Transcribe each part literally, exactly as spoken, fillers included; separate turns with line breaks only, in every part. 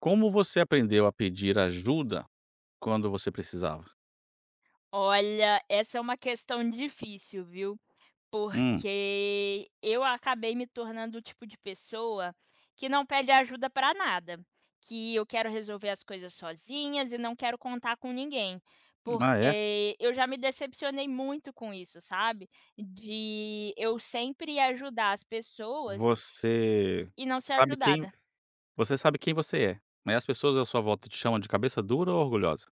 Como você aprendeu a pedir ajuda quando você precisava?
Olha, essa é uma questão difícil, viu?
Hum.
Porque eu acabei me tornando o tipo de pessoa que não pede ajuda para nada, que eu quero resolver as coisas sozinhas e não quero contar com ninguém.
Ah, é?
Porque eu já me decepcionei muito com isso, sabe? De eu sempre ajudar as pessoas
Você
e não ser
sabe quem
ajudada.
Você sabe quem você é, mas as pessoas à sua volta te chamam de cabeça dura ou orgulhosa?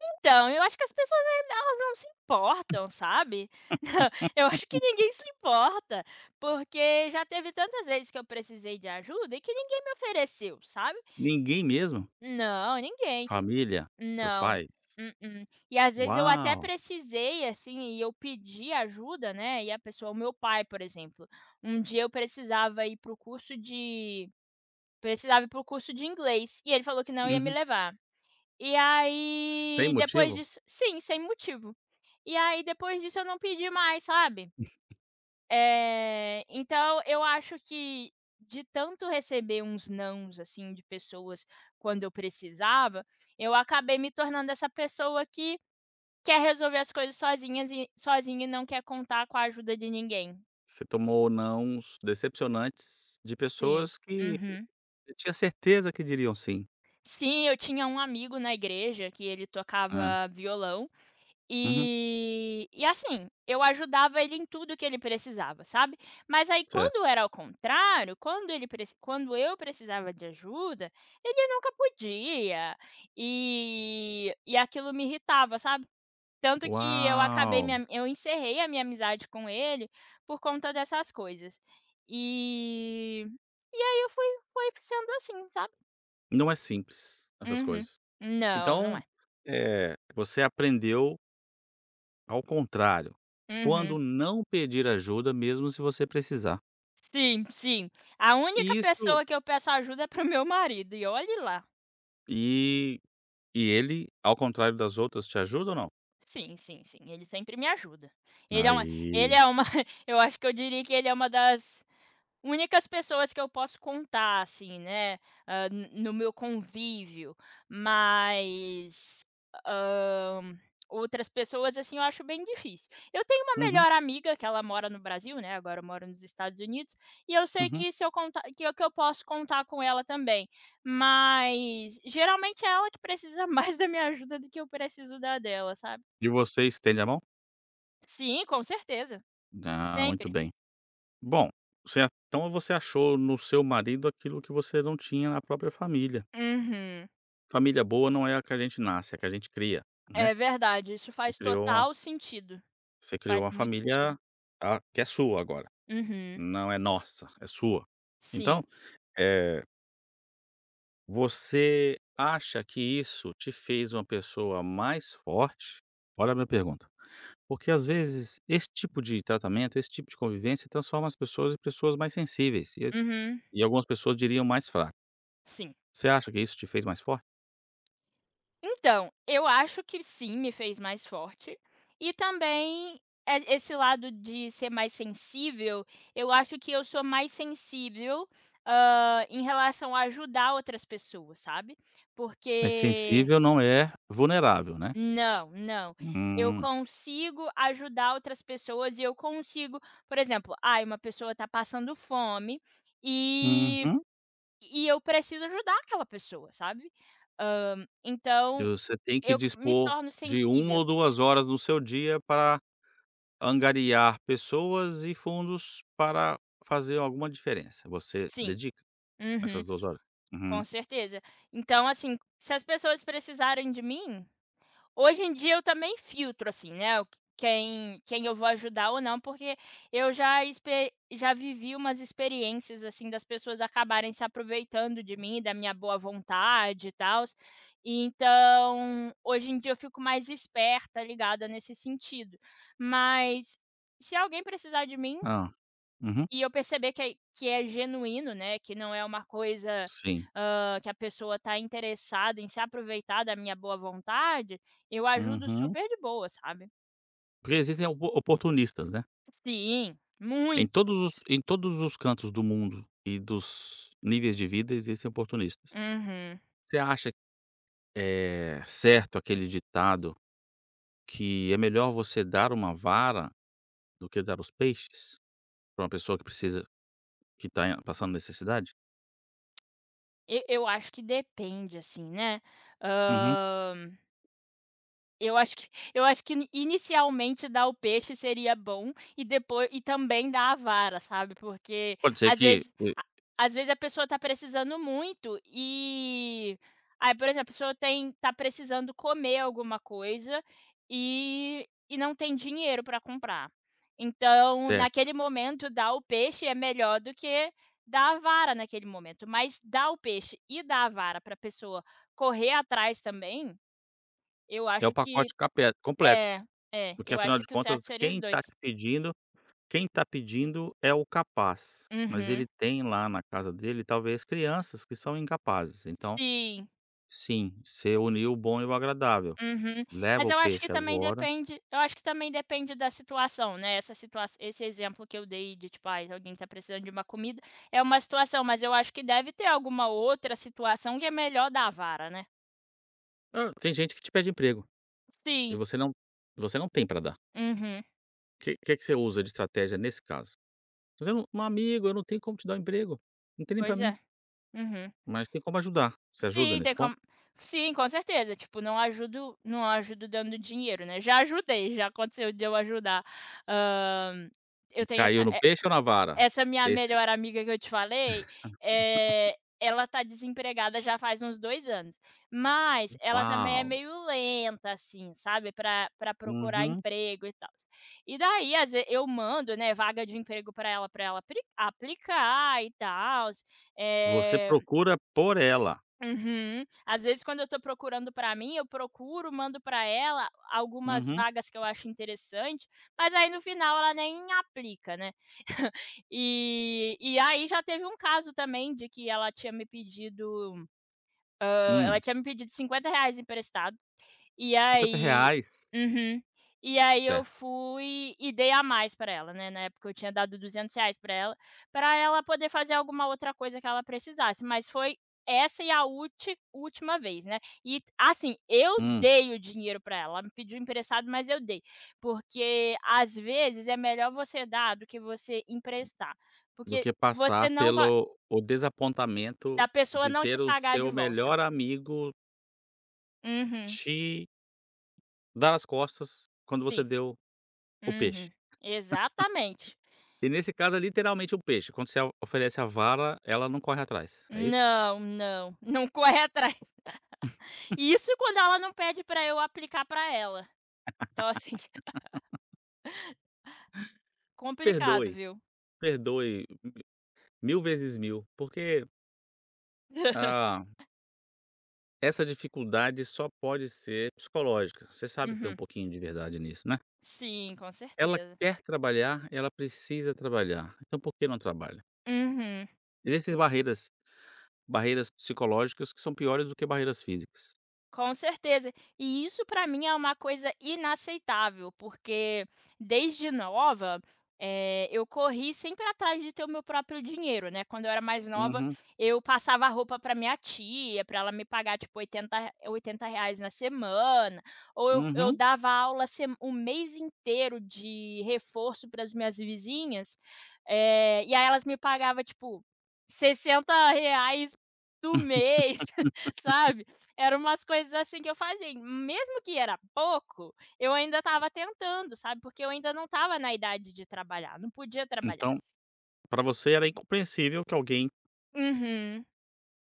Então, eu acho que as pessoas ainda elas não se importam, sabe. Eu acho que ninguém se importa, porque já teve tantas vezes que eu precisei de ajuda e que ninguém me ofereceu, sabe.
Ninguém mesmo?
Não, ninguém.
Família? Seus
Não.
pais?
Mm-mm. E às vezes eu até
Uau!
precisei, assim, e eu pedi ajuda, né, e a pessoa o meu pai, por exemplo, um dia eu precisava ir para o curso de precisava ir para o curso de inglês, e ele falou que não ia me
Uhum.
levar. E
Sem
aí, depois
motivo?
disso sim, sem motivo. E aí depois disso eu não pedi mais, sabe. Eh, então eu acho que de tanto receber uns nãos, assim, de pessoas quando eu precisava, eu acabei me tornando essa pessoa que quer resolver as coisas sozinhas e sozinha e não quer contar com a ajuda de ninguém.
Você tomou nãos decepcionantes de
Sim.
pessoas que
Uhum.
eu tinha certeza que diriam sim.
Sim, eu tinha um amigo na igreja que ele
Hã.
tocava violão.
Uhum.
E e assim, eu ajudava ele em tudo que ele precisava, sabe. Mas aí quando
Certo.
era ao contrário, quando ele preci quando eu precisava de ajuda, ele nunca podia, e e aquilo me irritava, sabe. Tanto que eu acabei
Uau!
minha eu encerrei a minha amizade com ele por conta dessas coisas. E e aí eu fui foi sendo assim, sabe.
Não é simples essas
Uhum.
coisas.
Não, não
Então,
é.
eh, você aprendeu ao contrário,
Uhum.
quando não pedir ajuda mesmo se você precisar.
Sim, sim. A única
E isso.
pessoa que eu peço ajuda é pro meu marido, e olhe lá.
E e ele, ao contrário das outras, te ajuda ou não?
Sim, sim, sim, ele sempre me ajuda. Ele é uma Ele
Aí,
é uma eu acho que eu diria que ele é uma das únicas pessoas que eu posso contar, assim, né, hã, no no meu convívio, mas, hã, outras pessoas, assim, eu acho bem difícil. Eu tenho uma
uhum,
melhor amiga que ela mora no Brasil, né, agora mora nos Estados Unidos, e eu sei
uhum.
que se eu contar que eu que eu posso contar com ela também, mas geralmente é ela que precisa mais da minha ajuda do que eu preciso da dela, sabe.
E você estende a mão?
Sim, com certeza,
Ah, muito
sempre.
bem. Bom, você a então você achou no seu marido aquilo que você não tinha na própria família.
Uhum.
Família boa não é a que a gente nasce, é a que a gente cria, né.
É verdade, isso
Você
faz
criou uma
total sentido.
Você criou
Faz
uma
muito sentido.
família, ah, que é sua agora.
Uhum.
Não é nossa, é sua. Então,
Sim.
eh, você acha que isso te fez uma pessoa mais forte? Olha a minha pergunta. Porque às vezes esse tipo de tratamento, esse tipo de convivência transforma as pessoas em pessoas mais sensíveis e
Uhum.
e algumas pessoas diriam mais fraca.
Sim.
Você acha que isso te fez mais forte?
Então, eu acho que sim, me fez mais forte. E também, eh, esse lado de ser mais sensível, eu acho que eu sou mais sensível, hã, em relação a ajudar outras pessoas, sabe.
Mas
Porque
sensível não é vulnerável, né.
não, não. Eu
Hum.
consigo ajudar outras pessoas e eu consigo por exemplo, ai, uma pessoa está passando fome e
Uhum.
E eu preciso ajudar aquela pessoa, sabe. Hã,
E
então
você tem que
eu me
dispor
torno
de 1
sensível.
ou duas horas no seu dia para angariar pessoas e fundos para fazer alguma diferença. Você
Sim.
dedica
Uhum.
essas duas horas? Uhum.
Com certeza. Então, assim, se as pessoas precisarem de mim. Hoje em dia eu também filtro, assim, né, o q quem quem eu vou ajudar ou não, porque eu já expe já vivi umas experiências, assim, das pessoas acabarem se aproveitando de mim, da minha boa vontade e tals. Então, hoje em dia eu fico mais esperta, ligada nesse sentido. Mas se alguém precisar de mim,
Hã. Uhum.
e eu perceber que é que é genuíno, né, que não é uma coisa,
Sim.
hã, que a pessoa tá interessada em se aproveitar da minha boa vontade, eu ajudo
Uhum.
super de boa, sabe.
Porque existem opo oportunistas, né.
Sim,
Em todos os
muitos.
em todos os cantos do mundo e dos níveis de vida existem oportunistas.
Uhum.
Você acha, eh, certo aquele ditado que é melhor você dar uma vara do que dar os peixes para uma pessoa que precisa que está passando necessidade?
E eu acho que depende, assim, né.
Uhum.
Eu acho que eu acho que inicialmente dar o peixe seria bom e depois e também dar a vara, sabe, porque
Pode ser
às
que,
vezes
eh,
a às vezes a pessoa tá precisando muito e aí, por exemplo, a pessoa tem tá precisando comer alguma coisa e e não tem dinheiro para comprar. Então,
cer
naquele momento, dar o peixe é melhor do que dar a vara naquele momento, mas dar o peixe e dar a vara para a pessoa correr atrás também, eu
é o
acho que
pacote capé completo,
é, é,
porque
eu acho
afinal de
que o
contas
certo seria os
quem
dois.
está te pedindo quem está pedindo é o capaz, mas ele
Uhum.
tem lá na casa dele talvez crianças que são incapazes, então,
Sim,
sim, você uniu o bom e o agradável,
uhum.
leva
Mas
o
eu acho que
peixe
também
agora.
depende eu acho que também depende da situação, né, essa situa esse exemplo que eu dei de, tipo, ai, alguém tá precisando de uma comida, é uma situação, mas eu acho que deve ter alguma outra situação que é melhor dar a vara, né.
Hã, tem gente que te pede emprego, e
Sim,
você não você não tem para dar.
uhum.
O Que que que você usa de estratégia nesse caso? Você não: "Meu amigo, eu não tenho como te dar um emprego, não tem nem para
Pois
mim,
é, uhum.
mas tem como ajudar". Você ajuda
Sim, tem
nesse ponto?
como sim, com certeza, tipo, não ajudo não ajudo dando dinheiro, né, já ajudei, já aconteceu de eu ajudar. Hã, eu tenho
Caiu
essa
no peixe ou na vara?
Essa minha
Esse
melhor amiga que eu te falei, eh, ela tá desempregada já faz uns dois anos, mas ela também é
Uau!
meio lenta, assim, sabe, pra pra procurar
Uhum.
emprego e tals. E daí, às ve eu mando, né, vaga de emprego pra ela pra ela apli aplicar e tals,
Você
eh
procura por ela.
uhum. Às vezes, quando eu tô procurando pra mim, eu procuro, mando pra ela algumas
Uhum.
vagas que eu acho interessante, mas aí no final ela nem aplica, né. E e aí já teve um caso também de que ela tinha me pedido, hã, ela
Hum,
tinha me pedido cinquenta reais emprestado e aí
cinquenta reais.
uhum. E aí eu
Certo.
fui e dei a mais pra ela, né, na época eu tinha dado duzentos reais pra ela, pra ela poder fazer alguma outra coisa que ela precisasse, mas foi essa e a ulti última vez, né. E assim, eu
Hum.
dei o dinheiro pra ela, ela me pediu emprestado, mas eu dei, porque às vezes é melhor você dar do que você emprestar,
Do
porque
que
você
passar
não vai
pelo o desapontamento
da pessoa
de
não te
ter o
pagar de
seu
volta.
melhor amigo
Uhum,
te dar as costas quando você
sim,
deu o peixe.
uhum, exatamente.
E nesse caso é literalmente o peixe, quando você a- oferece a vara, ela não corre atrás, é isso?
Não, não, não corre atrás. E isso quando ela não pede pra eu aplicar pra ela. Então, assim, complicado,
Perdoe,
viu.
perdoe mil vezes mil, porque, ah, essa dificuldade só pode ser psicológica. Você sabe que tem um
Uhum.
pouquinho de verdade nisso, né?
Sim, com
Ela
certeza.
quer trabalhar, ela precisa trabalhar, então por que não trabalha?
Uhum.
Existem barreiras barreiras psicológicas que são piores do que barreiras físicas.
Com certeza. E isso para mim é uma coisa inaceitável, porque desde nova, eh, eu corri sempre atrás de ter o meu próprio dinheiro, né. Quando eu era mais nova,
Uhum,
eu passava a roupa para minha tia, para ela me pagar tipo oitenta re oitenta reais na semana, ou eu eu
uhum.
dava aula sem o mês inteiro de reforço para as minhas vizinhas, eh, e aí elas me pagava tipo sessenta reais do mês. Sabe? Eram umas coisas assim que eu fazia. E mesmo que era pouco, eu ainda estava tentando, sabe, porque eu ainda não estava na idade de trabalhar, não podia trabalhar.
Então, para você era incompreensível que alguém
Uhum,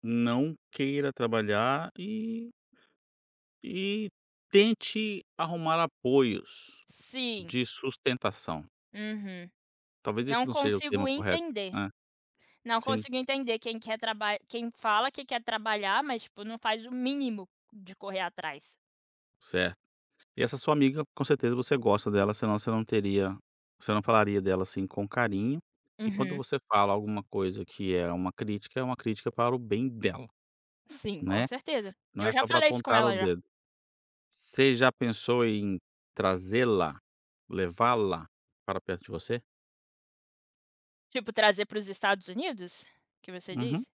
não queira trabalhar e e tente arrumar apoios
sim,
de sustentação.
uhum.
Talvez
Não
esse não seja o
consigo
termo correto.
entender,
É,
não
sim,
consigo entender quem quer traba quem fala que quer trabalhar, mas tipo não faz o mínimo de correr atrás.
certo. E essa sua amiga, com certeza você gosta dela, senão você não teria você não falaria dela, assim, com carinho. E quando
Uhum,
você fala alguma coisa que é uma crítica, é uma crítica para o bem dela,
sim, com
né,
certeza.
não é
Eu já
só para
falei isso com
apontar o
ela já.
dedo. Você já pensou em trazê-la, levá-la para perto de você?
Tipo, trazer para os Estados Unidos, que você
Uhum.
disse.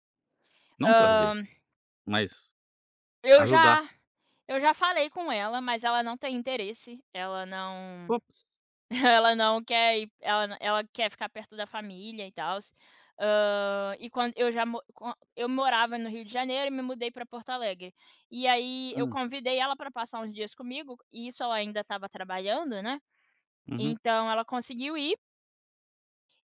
Não trazer,
Hã,
mas
eu
ajudar.
já Eu já falei com ela, mas ela não tem interesse, ela não
Ops.
ela não quer ir ela n- ela quer ficar perto da família e tal. E quando eu já mo quan eu morava no Rio de Janeiro e me mudei para Porto Alegre. E aí eu
Hum,
convidei ela para passar uns dias comigo, e isso ela ainda estava trabalhando, né,
uhum,
então ela conseguiu ir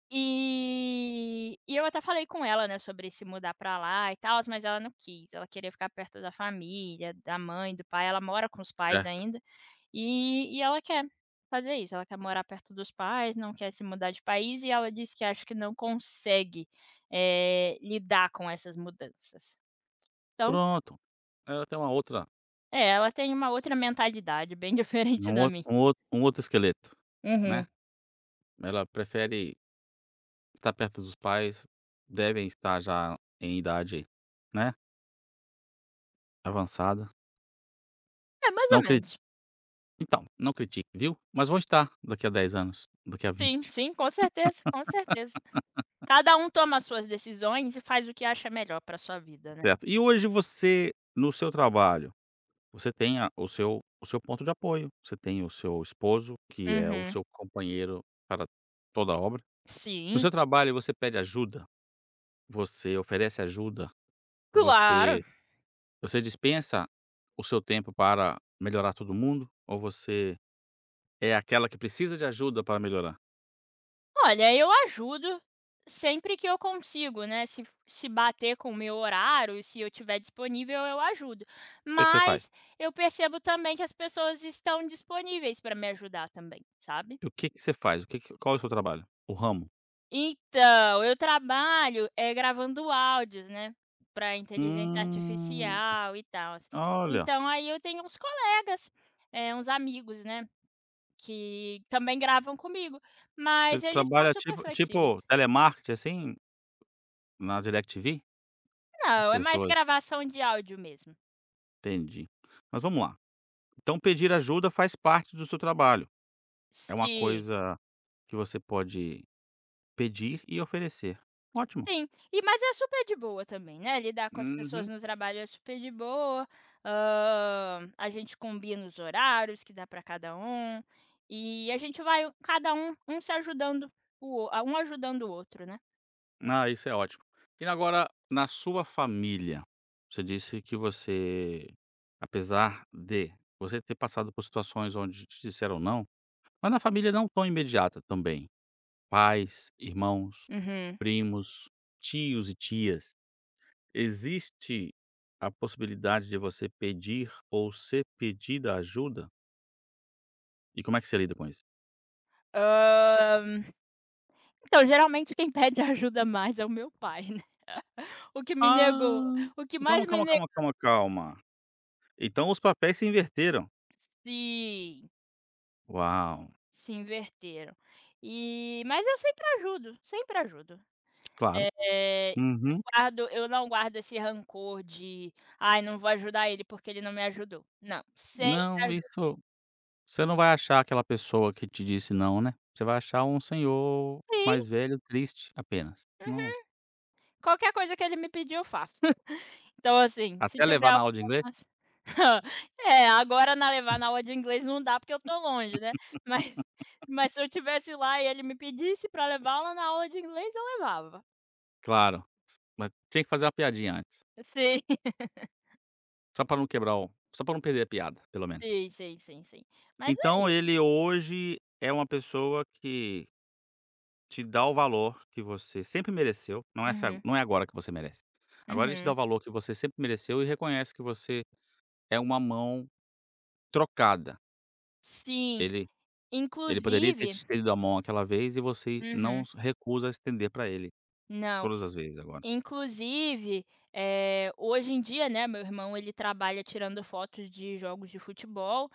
e e eu até falei com ela, né, sobre se mudar pra lá e tal, mas ela não quis, ela queria ficar perto da família, da mãe, do pai, ela mora com os pais
certo.
ainda, e e ela quer fazer isso, ela quer morar perto dos pais, não quer se mudar de país e ela disse que acha que não consegue, eh, lidar com essas mudanças. Então
Pronto. Ela tem uma outra
é, ela tem uma outra mentalidade bem diferente
um
da
outro
minha.
um outro um outro esqueleto, né.
Uhum.
Ela prefere está perto dos pais, devem estar já em idade, né, avançada.
É, mais ou
Não cri
menos.
então, não critique, viu, mas vão estar daqui a dez anos, daqui a
Sim,
vinte.
sim, com certeza, com certeza. Cada um toma as suas decisões e faz o que acha melhor para sua vida, né.
Certo. E hoje você, no seu trabalho, você tem a o seu o seu ponto de apoio, você tem o seu esposo, que é o
Uhum.
seu companheiro para toda a obra. No
Sim,
seu trabalho você pede ajuda, você oferece ajuda, você
claro.
você dispensa o seu tempo para melhorar todo mundo ou você é aquela que precisa de ajuda para melhorar.
Olha, eu ajudo sempre que eu consigo, né, se se bater com o meu horário, se eu tiver disponível, eu ajudo.
O que é que você faz?
Mas eu percebo também que as pessoas estão disponíveis para me ajudar também, sabe.
E o que que você faz? O que que Qual é o seu trabalho? O ramo?
Então, eu trabalho, eh, gravando áudios, né, para inteligência
Hum,
artificial e tals.
olha,
Então aí eu tenho uns colegas, eh, uns amigos, né, que também gravam comigo,
você
mas eles são
trabalha
super
tipo
flexíveis.
tipo telemarketing, assim, na DirecTV? As
Não, é mais
pessoas
gravação de áudio mesmo.
Entendi. Mas vamos lá, então pedir ajuda faz parte do seu trabalho, é uma
Sim.
coisa que você pode pedir e oferecer. Ótimo.
Sim. E mas é super de boa também, né, lidar com as pessoas
Uhum.
no trabalho é super de boa, hã, a gente combina os horários que dá para cada um, e a gente vai cada um um se ajudando o a um ajudando o outro, né.
Ah, isso é ótimo. E agora, na sua família, você disse que você, apesar de você ter passado por situações onde te disseram não, mas na família não tão imediata também. Pais, irmãos,
Uhum.
primos, tios e tias. Existe a possibilidade de você pedir ou ser pedida ajuda? E como é que você lida com isso?
Hã, então geralmente quem pede ajuda mais é o meu pai, né. O que me negou
Ah,
o que mais
calma,
me
calma, calma,
negou
calma, calma. Então os papéis se inverteram.
sim,
Uau,
se inverteram. E mas eu sempre ajudo, sempre ajudo.
claro.
Eh, não
Uhum.
guardo eu não guardo esse rancor de: "Ai, não vou ajudar ele porque ele não me ajudou". Não, sempre
Não,
ajudo.
isso você não vai achar aquela pessoa que te disse não, né. Você vai achar um senhor
Sim,
mais velho, triste, apenas. Não,
uhum. Qualquer coisa que ele me pedir eu faço. Então assim, se
até
tiver
levar na
algo
aula de
ao
inglês,
alcance. É, agora na levar na aula de inglês não dá porque eu tô longe, né. Mas mas se eu tivesse lá e ele me pedisse pra levá-lo na aula de inglês, eu levava.
claro, mas tinha que fazer uma piadinha antes,
Sim,
só pra não quebrar o só pra não perder a piada, pelo menos.
sim, sim, sim, sim. Mas é
Então
isso.
ele hoje é uma pessoa que te dá o valor que você sempre mereceu, não é essa
Uhum,
não é agora que você merece. Agora ele te dá
uhum.
o valor que você sempre mereceu e reconhece que você é uma mão trocada.
Sim,
Ele Ele poderia ter te
inclusive
estendido a mão aquela vez e você não
uhum.
s- recusa estender para ele,
Não.
todas as vezes agora.
Inclusive, eh, hoje em dia, né, meu irmão ele trabalha tirando fotos de jogos de futebol,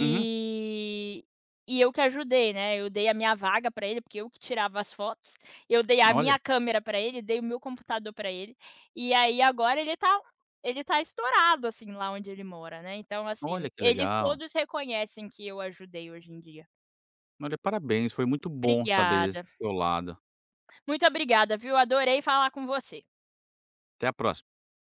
Uhum.
e eu que ajudei, né, eu dei a minha vaga para ele, porque eu que tirava as fotos, eu dei a
Olha,
minha câmera para ele, dei o meu computador para ele, e aí agora ele tá ele tá estourado, assim, lá onde ele mora, né, então assim,
olha que
eles
legal.
todos reconhecem que eu ajudei hoje em dia.
Olha, parabéns, foi muito bom saber desse
Obrigada.
seu lado.
Muito obrigada, viu, adorei falar com você.
Até a próxima.